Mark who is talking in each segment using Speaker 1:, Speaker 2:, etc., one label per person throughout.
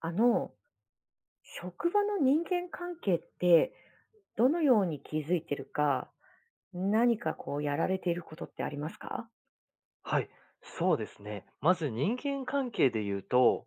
Speaker 1: あの、職場の人間関係って、どのように気づいてるか、何かこうやられていることってありますか？
Speaker 2: はい、そうですね。まず人間関係で言うと、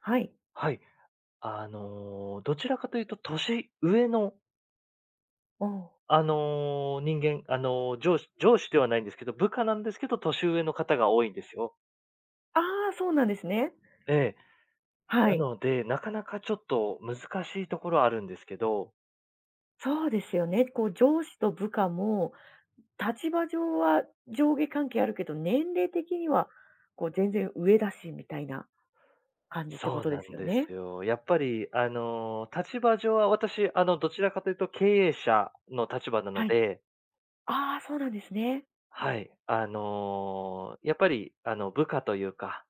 Speaker 1: はい。
Speaker 2: はい、どちらかというと年上の、
Speaker 1: おう、
Speaker 2: あの、人間、あの、上司ではないんですけど、部下なんですけど、年上の方が多いんですよ。
Speaker 1: ああ、そうなんですね。
Speaker 2: ええ。
Speaker 1: は
Speaker 2: な
Speaker 1: い。
Speaker 2: ので、なかなかちょっと難しいところあるんですけど、
Speaker 1: そうですよね。こう上司と部下も、立場上は上下関係あるけど、年齢的にはこう全然上だしみたいな感じってこ
Speaker 2: そう
Speaker 1: とで
Speaker 2: な
Speaker 1: す
Speaker 2: ん
Speaker 1: よ
Speaker 2: で
Speaker 1: ね？
Speaker 2: すよ。やっぱり、立場上は私、どちらかというと経営者の立場なの
Speaker 1: はい。
Speaker 2: で、
Speaker 1: ああ、そうなんですね。
Speaker 2: はい、やっぱり、部下というか、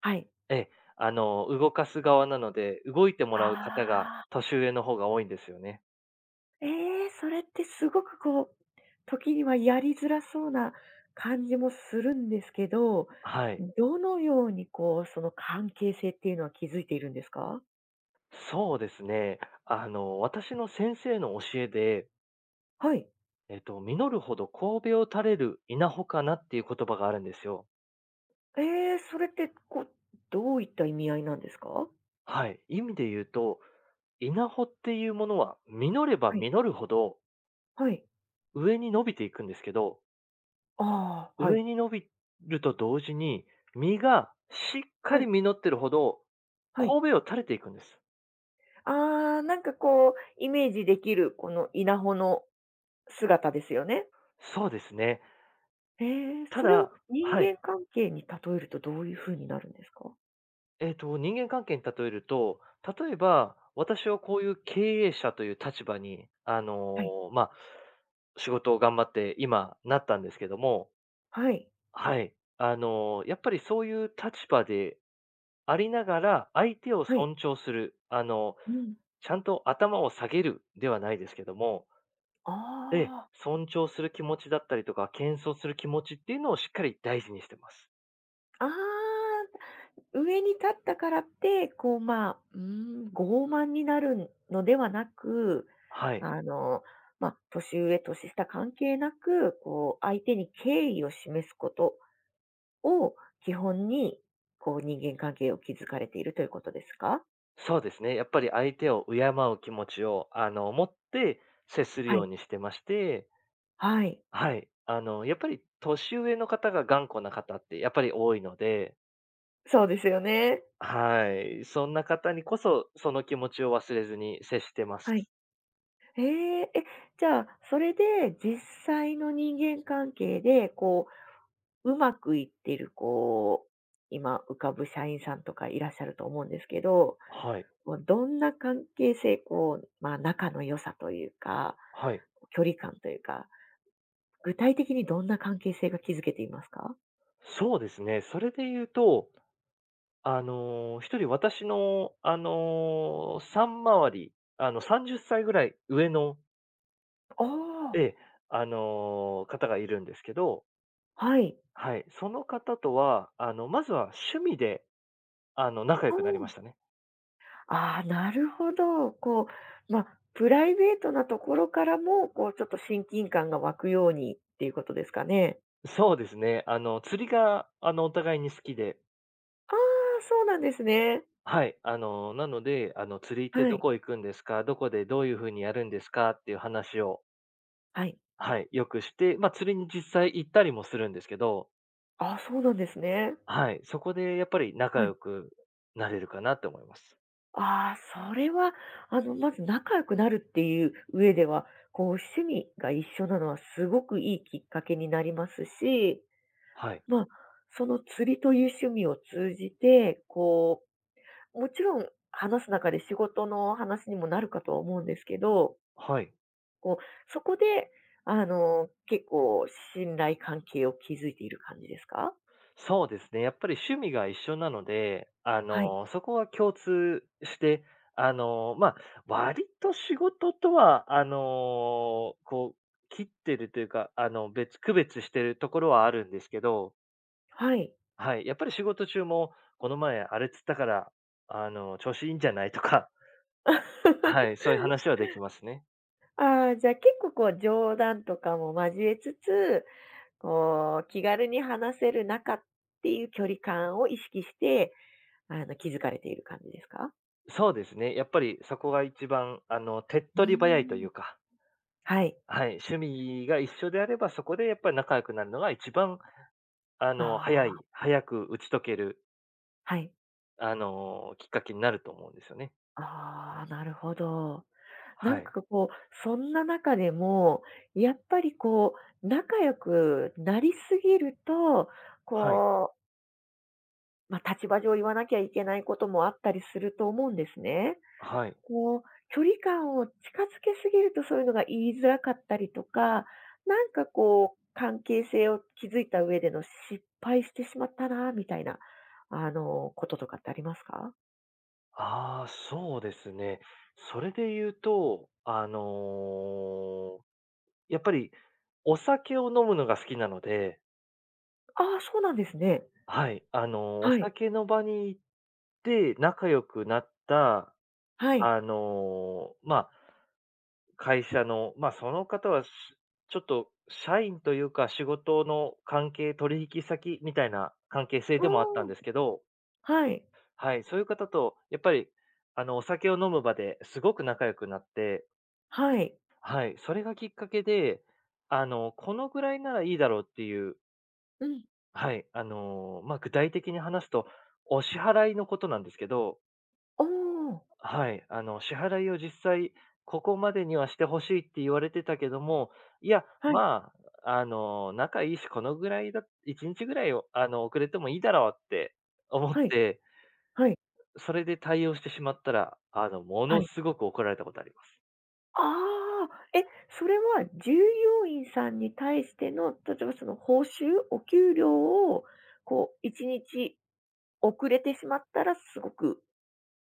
Speaker 1: はい。
Speaker 2: ええ、動かす側なので、動いてもらう方が
Speaker 1: ああ。
Speaker 2: 年上の方が多いんですよね。
Speaker 1: ええ、それってすごくこう、時にはやりづらそうな感じもするんですけど、
Speaker 2: はい。
Speaker 1: どのようにこう、その関係性っていうのは築いているんですか？
Speaker 2: そうですね。私の先生の教えで、
Speaker 1: はい。
Speaker 2: 実るほど神戸を垂れる稲穂かなっていう言葉があるんですよ。
Speaker 1: ええ、それってこう、どういった意味合いなんですか？
Speaker 2: はい。意味で言うと、稲穂っていうものは実れば
Speaker 1: はい、
Speaker 2: 実るほど
Speaker 1: はい。
Speaker 2: 上に伸びていくんですけど、
Speaker 1: ああ、は
Speaker 2: 上
Speaker 1: い、
Speaker 2: に伸びると同時に、実がしっか
Speaker 1: は
Speaker 2: り
Speaker 1: い、
Speaker 2: 実ってるほど、
Speaker 1: はい。
Speaker 2: 神戸を垂れていくんです。
Speaker 1: ああ、なんかこう、イメージできるこの稲穂の姿ですよね。
Speaker 2: そうですね。
Speaker 1: ええ、
Speaker 2: た
Speaker 1: それを
Speaker 2: だ、
Speaker 1: 人
Speaker 2: は
Speaker 1: 間
Speaker 2: い。
Speaker 1: 関係に例えるとどういうふうになるんですか？
Speaker 2: 人間関係に例えると、例えば、私はこういう経営者という立場に、
Speaker 1: はい、
Speaker 2: まあ、仕事を頑張って今なったんですけども、
Speaker 1: はい、
Speaker 2: はい。やっぱりそういう立場でありながら、相手を
Speaker 1: はい。
Speaker 2: 尊重する、
Speaker 1: うん。
Speaker 2: ちゃんと頭を下げるではないですけども、ええ、
Speaker 1: ああ、
Speaker 2: 尊重する気持ちだったりとか、謙遜する気持ちっていうのをしっかり大事にしてます。
Speaker 1: ああ、上に立ったからって、こう、まあ、うーん、傲慢になるのではなく、
Speaker 2: はい。
Speaker 1: あの、まあ、年上、年下関係なく、こう、相手に敬意を示すことを基本に、こう、人間関係を築かれているということですか。
Speaker 2: そうですね。やっぱり相手を敬う気持ちを、持って接する
Speaker 1: は
Speaker 2: よう
Speaker 1: い。
Speaker 2: にしてまして、
Speaker 1: はい。
Speaker 2: はい。やっぱり年上の方が頑固な方ってやっぱり多いので、
Speaker 1: そうですよね。
Speaker 2: はい。そんな方にこそ、その気持ちを忘れずに接してます。
Speaker 1: はい。えええ、じゃあ、それで実際の人間関係で、こう、うまくいってる、こう、今浮かぶ社員さんとかいらっしゃると思うんですけど、
Speaker 2: はい。
Speaker 1: もうどんな関係性、こう、まあ、仲の良さというか、
Speaker 2: はい。
Speaker 1: 距離感というか、具体的にどんな関係性が築けていますか？
Speaker 2: そうですね。それで言うと、一人私の、3回り、30歳ぐらい上の、
Speaker 1: ああ。
Speaker 2: ええ、方がいるんですけど、
Speaker 1: はい。
Speaker 2: はい、その方とは、まずは趣味で、仲良
Speaker 1: う
Speaker 2: くなりま
Speaker 1: ん。
Speaker 2: したね。
Speaker 1: ああ、なるほど。こう、まあ、プライベートなところからも、こう、ちょっと親近感が湧くようにっていうことですかね？
Speaker 2: そうですね。釣りが、お互いに好きで、
Speaker 1: ああ、そうなんですね。
Speaker 2: はい、なので、釣りって
Speaker 1: は
Speaker 2: ど
Speaker 1: い。
Speaker 2: こ行くんですか？どこでどういう風にやるんですか？っていう話を、
Speaker 1: はい。
Speaker 2: はい、よくして、まあ、釣りに実際行ったりもするんですけど、
Speaker 1: ああ、そうなんですね。
Speaker 2: はい、そこでやっぱり仲
Speaker 1: はい。
Speaker 2: 良くなれるかなって思います。
Speaker 1: ああ、それは、まず仲良くなるっていう上では、こう、趣味が一緒なのはすごくいいきっかけになりますし、
Speaker 2: はい。
Speaker 1: まあ、その釣りという趣味を通じて、こう、もちろん話す中で仕事の話にもなるかとは思うんですけど、
Speaker 2: はい。
Speaker 1: こう、そこで、結構信頼関係を築いている感じですか。
Speaker 2: そうですね。やっぱり趣味が一緒なので、
Speaker 1: はい。
Speaker 2: そこは共通して、まあ、割と仕事とは、切ってるというか、別、区別してるところはあるんですけど、
Speaker 1: はい。
Speaker 2: はい。やっぱり仕事中も、この前、あれつったから、調子いいんじゃない とか、はい。そういう話はできますね。
Speaker 1: ああ、じゃあ結構こう冗談とかも交えつつ、こう、気軽に話せる中っていう距離感を意識して、気づかれている感じですか？
Speaker 2: そうですね。やっぱりそこが一番、手っ
Speaker 1: うー
Speaker 2: 取り早いとい
Speaker 1: ん。
Speaker 2: うか、
Speaker 1: はい。
Speaker 2: はい。趣味が一緒であれば、そこでやっぱり仲良くなるのが一番、
Speaker 1: あ
Speaker 2: 早い
Speaker 1: あ、
Speaker 2: 早く打ち解ける、
Speaker 1: はい。
Speaker 2: きっかけになると思うんですよね。
Speaker 1: ああ、なるほど。な
Speaker 2: は
Speaker 1: ん
Speaker 2: い。
Speaker 1: かこう、そんな中でも、やっぱりこう、仲良くなりすぎると、
Speaker 2: はい。
Speaker 1: こう、まあ、立場上言わなきゃいけないこともあったりすると思うんですね。
Speaker 2: はい。
Speaker 1: こう、距離感を近づけすぎるとそういうのが言いづらかったりとか、なんかこう、関係性を築いた上での失敗してしまったな、みたいな、こととかってありますか？
Speaker 2: ああ、そうですね。それで言うと、やっぱりお酒を飲むのが好きなので、
Speaker 1: ああ、そうなんですね。
Speaker 2: はい、お
Speaker 1: はい、
Speaker 2: 酒の場に行って仲良くなった、
Speaker 1: はい。
Speaker 2: あの、ま会社の、まあ、その方は、ちょっと社員というか、仕事の関係、取引先みたいな関係性でもあったん
Speaker 1: おー、
Speaker 2: ですけど、
Speaker 1: はい、
Speaker 2: はい、そういう方とやっぱり、お酒を飲む場ですごく仲良くなって、
Speaker 1: はい。
Speaker 2: はい、それがきっかけで、このぐらいならいいだろうっていう、
Speaker 1: うん。
Speaker 2: はい、まあ、具体的に話すと、お支払いのことなんですけど、
Speaker 1: おお、
Speaker 2: はい、支払いを実際、ここまでにはしてほしいって言われてたけども、いや、
Speaker 1: はい、
Speaker 2: まあ、仲いいし、このぐらいだ、1日ぐらいを、遅れてもいいだろうって思っ
Speaker 1: はい、
Speaker 2: て、
Speaker 1: はい、
Speaker 2: それで対応してしまったら、も
Speaker 1: は
Speaker 2: の
Speaker 1: い。
Speaker 2: すごく怒られたことあります。
Speaker 1: ああ、え、それは従業員さんに対しての、例えばその報酬、お給料をこう、1日遅れてしまったら、すごく、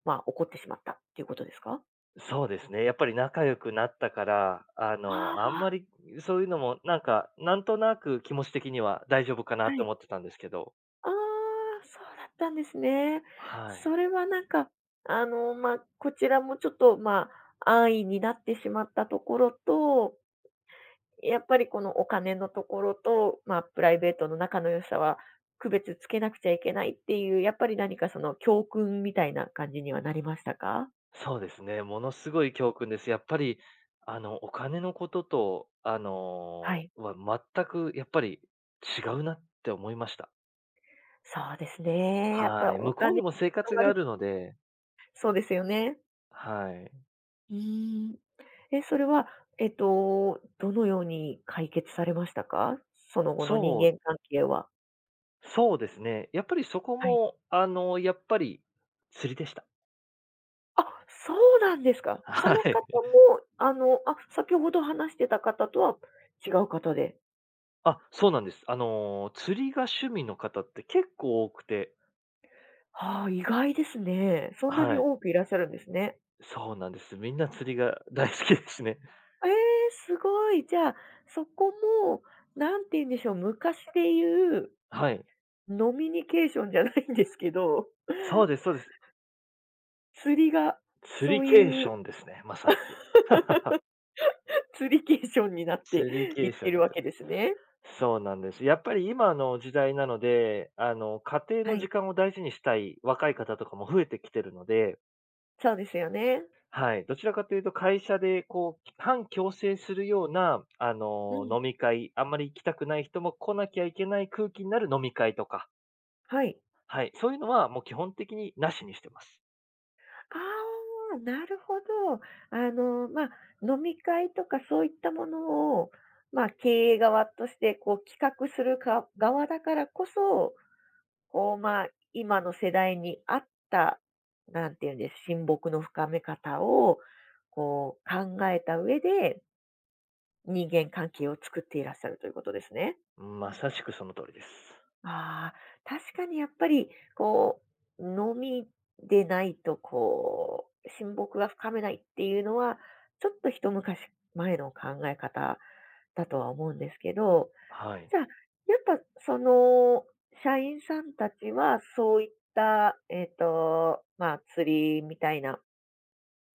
Speaker 1: まあ、怒ってしまったっていうことですか？
Speaker 2: そうですね。やっぱり仲良くなったから、あん
Speaker 1: あ
Speaker 2: まりそういうのも、なんか、なんとなく気持ち的には大丈夫か
Speaker 1: あ、
Speaker 2: な
Speaker 1: は
Speaker 2: と
Speaker 1: い。
Speaker 2: 思ってたんですけど、
Speaker 1: ああ、そうだったんですね。
Speaker 2: は
Speaker 1: そ
Speaker 2: い。
Speaker 1: れはなんか、まあ、こちらもちょっと、まあ、安易になってしまったところと、やっぱりこのお金のところと、まあ、プライベートの仲の良さは区別つけなくちゃいけないっていう、やっぱり何かその教訓みたいな感じにはなりましたか？
Speaker 2: そうですね、ものすごい教訓です。やっぱり、お金のことと、
Speaker 1: はい。
Speaker 2: 全くやっぱり違うなって思いました。
Speaker 1: そうですね。やっ
Speaker 2: は
Speaker 1: ぱ
Speaker 2: い。
Speaker 1: お
Speaker 2: 向こう
Speaker 1: 金
Speaker 2: にも生
Speaker 1: が
Speaker 2: 活が
Speaker 1: 悪
Speaker 2: あ
Speaker 1: い、
Speaker 2: るので、
Speaker 1: そうですよね。
Speaker 2: はい。
Speaker 1: うーん。で、それは、どのように解決されましたか？その後の人
Speaker 2: そう、
Speaker 1: 間関係は。
Speaker 2: そうですね。やっぱりそこ
Speaker 1: はい。
Speaker 2: も、やっぱり釣りでした。
Speaker 1: あ、そうなんです か。そ
Speaker 2: は
Speaker 1: の方
Speaker 2: い。
Speaker 1: も、あ、先ほど話してた方とは違う方で。
Speaker 2: あ、そうなんです。釣りが趣味の方って結構多くて、
Speaker 1: はあ、意外ですね。そんなに
Speaker 2: はい。
Speaker 1: 多くいらっしゃるんですね。
Speaker 2: そうなんです。みんな釣りが大好きですね。
Speaker 1: えー、すごい。じゃあ、そこも、なんて言うんでしょう、昔で言う
Speaker 2: はい。
Speaker 1: ノミニケーションじゃないんですけど、
Speaker 2: そうです、そうです。
Speaker 1: 釣りが
Speaker 2: ス
Speaker 1: そ
Speaker 2: リ
Speaker 1: う
Speaker 2: ケー
Speaker 1: い
Speaker 2: シ
Speaker 1: う
Speaker 2: ョンですね、まさしく。
Speaker 1: スリケーションになって
Speaker 2: スリ
Speaker 1: い
Speaker 2: ケ
Speaker 1: っ
Speaker 2: ーション
Speaker 1: て
Speaker 2: に
Speaker 1: る
Speaker 2: なっ
Speaker 1: わ
Speaker 2: て、
Speaker 1: けですね。
Speaker 2: そうなんです。やっぱり今の時代なので、家庭
Speaker 1: は
Speaker 2: の時
Speaker 1: い。
Speaker 2: 間を大事にしたい若い方とかも増えてきてるので、
Speaker 1: そうですよね。
Speaker 2: はい。どちらかというと会社でこう、反強制するような、
Speaker 1: うん。
Speaker 2: 飲み会、あんまり行きたくない人も来なきゃいけない空気になる飲み会とか、
Speaker 1: はい。
Speaker 2: はい。そういうのはもう基本的になしにしてます。
Speaker 1: ああ、なるほど。まあ、飲み会とかそういったものを、まあ、経営側としてこう企画するか側だからこそ、こう、まあ、今の世代に合った、なんていうんです、親睦の深め方を、こう考えた上で、人間関係を作っていらっしゃるということですね。
Speaker 2: まさしくその通りです。
Speaker 1: ああ、確かにやっぱり、こう、のみでないと、こう、親睦が深めないっていうのは、ちょっと一昔前の考え方だとは思うんですけど、
Speaker 2: はい。
Speaker 1: じゃあ、やっぱその、社員さんたちは、そういった、まあ、釣りみたいな、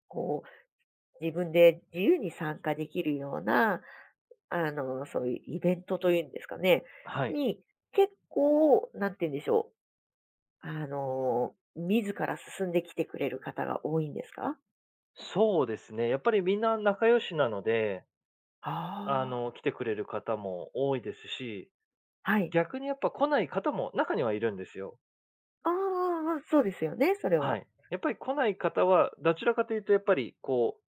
Speaker 1: こう、自分で自由に参加できるような、そういうイベントというんですかね、
Speaker 2: はい。
Speaker 1: に、結構、なんて言うんでしょう、自ら進んできてくれる方が多いんですか？
Speaker 2: そうですね。やっぱりみんな仲良しなので、
Speaker 1: ああ。
Speaker 2: 来てくれる方も多いですし、
Speaker 1: はい。
Speaker 2: 逆にやっぱ来ない方も中にはいるんですよ。
Speaker 1: あああ、そうですよね、それ
Speaker 2: は
Speaker 1: は。
Speaker 2: い。やっぱり来ない方は、どちらかというとやっぱりこ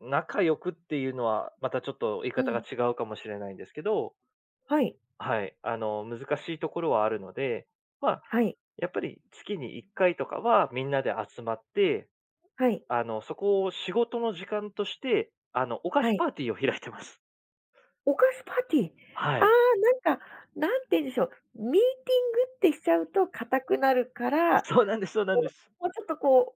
Speaker 2: う、仲良くっていうのは、またちょっと言い
Speaker 1: う
Speaker 2: 方が
Speaker 1: ん。
Speaker 2: 違うかもしれないんですけど、
Speaker 1: はい、
Speaker 2: はい。難しいところはあるので、まあ、
Speaker 1: はい、
Speaker 2: やっぱり月に1回とかはみんなで集まって、
Speaker 1: はい、
Speaker 2: そこを仕事の時間として、お菓
Speaker 1: は
Speaker 2: 子
Speaker 1: い。
Speaker 2: パーティーを開いてます。
Speaker 1: お菓子パーティー。
Speaker 2: は
Speaker 1: ああ、
Speaker 2: い。
Speaker 1: なんか、なんて言うんでしょう、ミーティングってしちゃうと硬くなるから、
Speaker 2: そうなんです、そうなんで
Speaker 1: こ
Speaker 2: す。
Speaker 1: う、もうちょっとこ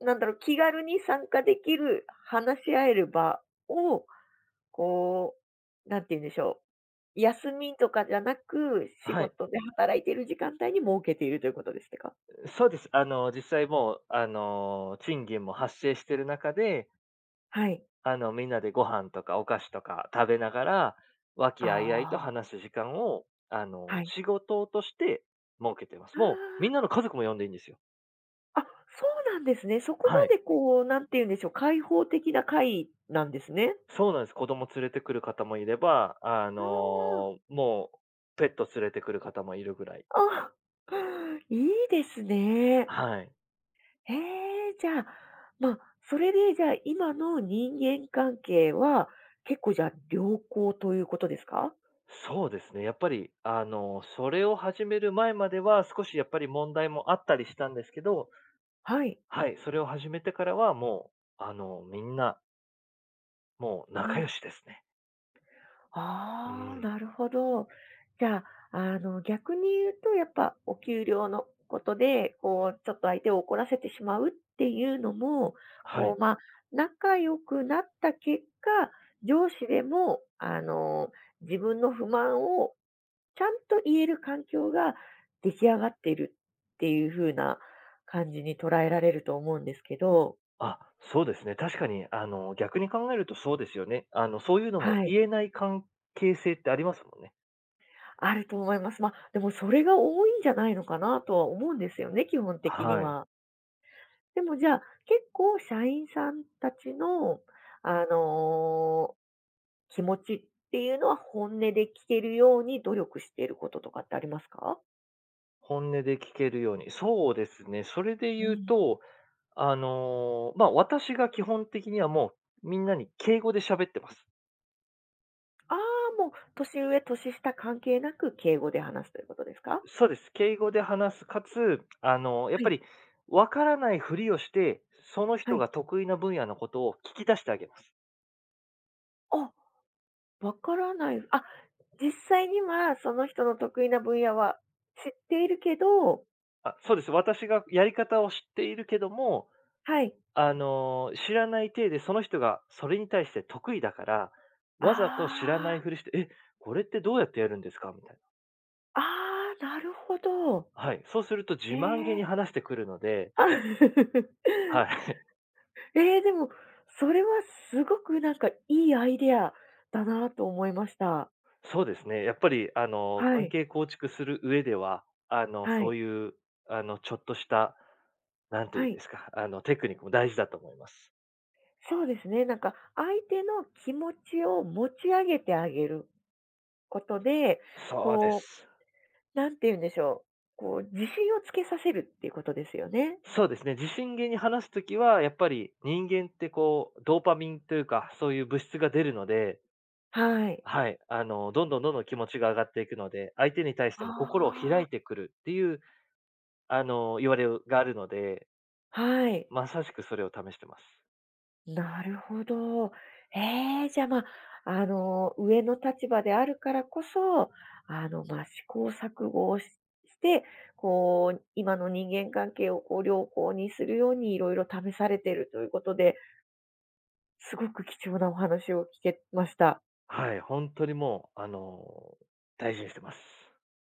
Speaker 1: う、なんだろう、気軽に参加できる、話し合える場をこう、なんて言うんでしょう、休みとかじゃなく、仕
Speaker 2: はい。
Speaker 1: 事で働いている時間帯に設けているということですか？
Speaker 2: そうです。実際もう、賃金も発生してる中で、
Speaker 1: はい。
Speaker 2: みんなでご飯とかお菓子とか食べながら、和気あいあいと
Speaker 1: あ
Speaker 2: 話す時間を、
Speaker 1: あ、はい。
Speaker 2: 仕事として設けてます。もう、
Speaker 1: あ
Speaker 2: みんなの家族も呼んでいいんですよ。
Speaker 1: あ、あ、そうなんですね。そこま
Speaker 2: はい。
Speaker 1: でこう、なんて言うんでしょう、開放的な会なんですね。
Speaker 2: そうなんです。子供連れてくる方もいれば、ペット連れてくる方もいるぐらい。
Speaker 1: ああ、あ、いいですね。
Speaker 2: はい。
Speaker 1: へえ、じゃあ、まあ、それでじゃあ、今の人間関係は、結構じゃあ良好ということですか？
Speaker 2: そうですね。やっぱり、それを始める前までは少しやっぱり問題もあったりしたんですけど、
Speaker 1: はい。
Speaker 2: はい、それを始めてからはもう、あの、みんな、もう
Speaker 1: う
Speaker 2: 仲
Speaker 1: ん。
Speaker 2: 良しですね。う
Speaker 1: ああ、
Speaker 2: ん。
Speaker 1: なるほど。じゃあ、逆に言うと、やっぱお給料のことで、こう、ちょっと相手を怒らせてしまうっていうのも、
Speaker 2: は
Speaker 1: こ
Speaker 2: い。
Speaker 1: う、まあ、仲良くなった結果、上司でも、自分の不満をちゃんと言える環境が出来上がっているっていう風な感じに捉えられると思うんですけど、
Speaker 2: あ、そうですね。確かに、逆に考えるとそうですよね。そういうのも
Speaker 1: はい。
Speaker 2: 言えない関係性ってありますもんね。
Speaker 1: あると思います。まあ、でもそれが多いんじゃないのかなとは思うんですよね、基本的に
Speaker 2: はい。
Speaker 1: は。でもじゃあ、結構社員さんたちの、あの、気持ちっていうのは本音で聞けるように努力していることとかってありますか？
Speaker 2: 本音で聞けるように。そうですね。それで言うと、まあ、私が基本的にはもうみんなに敬語で喋ってます。
Speaker 1: ああー、もう年上、年下関係なく敬語で話すということですか？
Speaker 2: そうです。敬語で話す、かつ、や
Speaker 1: は
Speaker 2: っぱ
Speaker 1: い、
Speaker 2: り、わからないふりをして、その
Speaker 1: は
Speaker 2: 人
Speaker 1: い。
Speaker 2: が得意な分野のことを聞き出してあげます。
Speaker 1: あ、わからない。あ、実際にはその人の得意な分野は知っているけど。
Speaker 2: あ、そうです。私がやり方を知っているけども、
Speaker 1: はい。
Speaker 2: 知らない体でその人がそれに対して得意だから、
Speaker 1: あ
Speaker 2: わざと知らない
Speaker 1: あ。
Speaker 2: ふりして、え、これってどうやってやるんですかみたい
Speaker 1: ああ、なるほど。
Speaker 2: な。はい。そうすると自
Speaker 1: え
Speaker 2: 慢げに
Speaker 1: え。
Speaker 2: 話してくるので、
Speaker 1: あ
Speaker 2: はい。
Speaker 1: ええ、でも、それはすごくなんかいいアイデアだなと思いました。
Speaker 2: そうですね。やっぱり
Speaker 1: は
Speaker 2: 関
Speaker 1: い、
Speaker 2: 係構築する上では、
Speaker 1: は
Speaker 2: そ
Speaker 1: い、
Speaker 2: ういう、ちょっとした、なんてい
Speaker 1: は
Speaker 2: うんで
Speaker 1: い。
Speaker 2: すか、テクニックも大事だと思います。
Speaker 1: そうですね、なんか相手の気持ちを持ち上げてあげることで、
Speaker 2: そうで
Speaker 1: こ
Speaker 2: す。
Speaker 1: う、なんて言うんでしょう、こう自信をつけさせるっていうことですよね。
Speaker 2: そうですね。自信源に話すときは、やっぱり人間ってこう、ドーパミンというか、そういう物質が出るので、
Speaker 1: はい。
Speaker 2: はい、どんどんどんどん気持ちが上がっていくので、相手に対しても心を
Speaker 1: あ
Speaker 2: 開いてくるっていう、言われがあるので、
Speaker 1: あ、はい。
Speaker 2: まさしくそれを試してます。
Speaker 1: なるほど。ええ、じゃあ、まあ、上の立場であるからこそ、まあ、試行錯誤をして、こう、今の人間関係をこう良好にするようにいろいろ試されているということで、すごく貴重なお話を聞けました。
Speaker 2: はい、本当にもう、大事にしてます。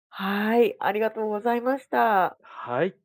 Speaker 1: はい、ありがとうございました。
Speaker 2: はい。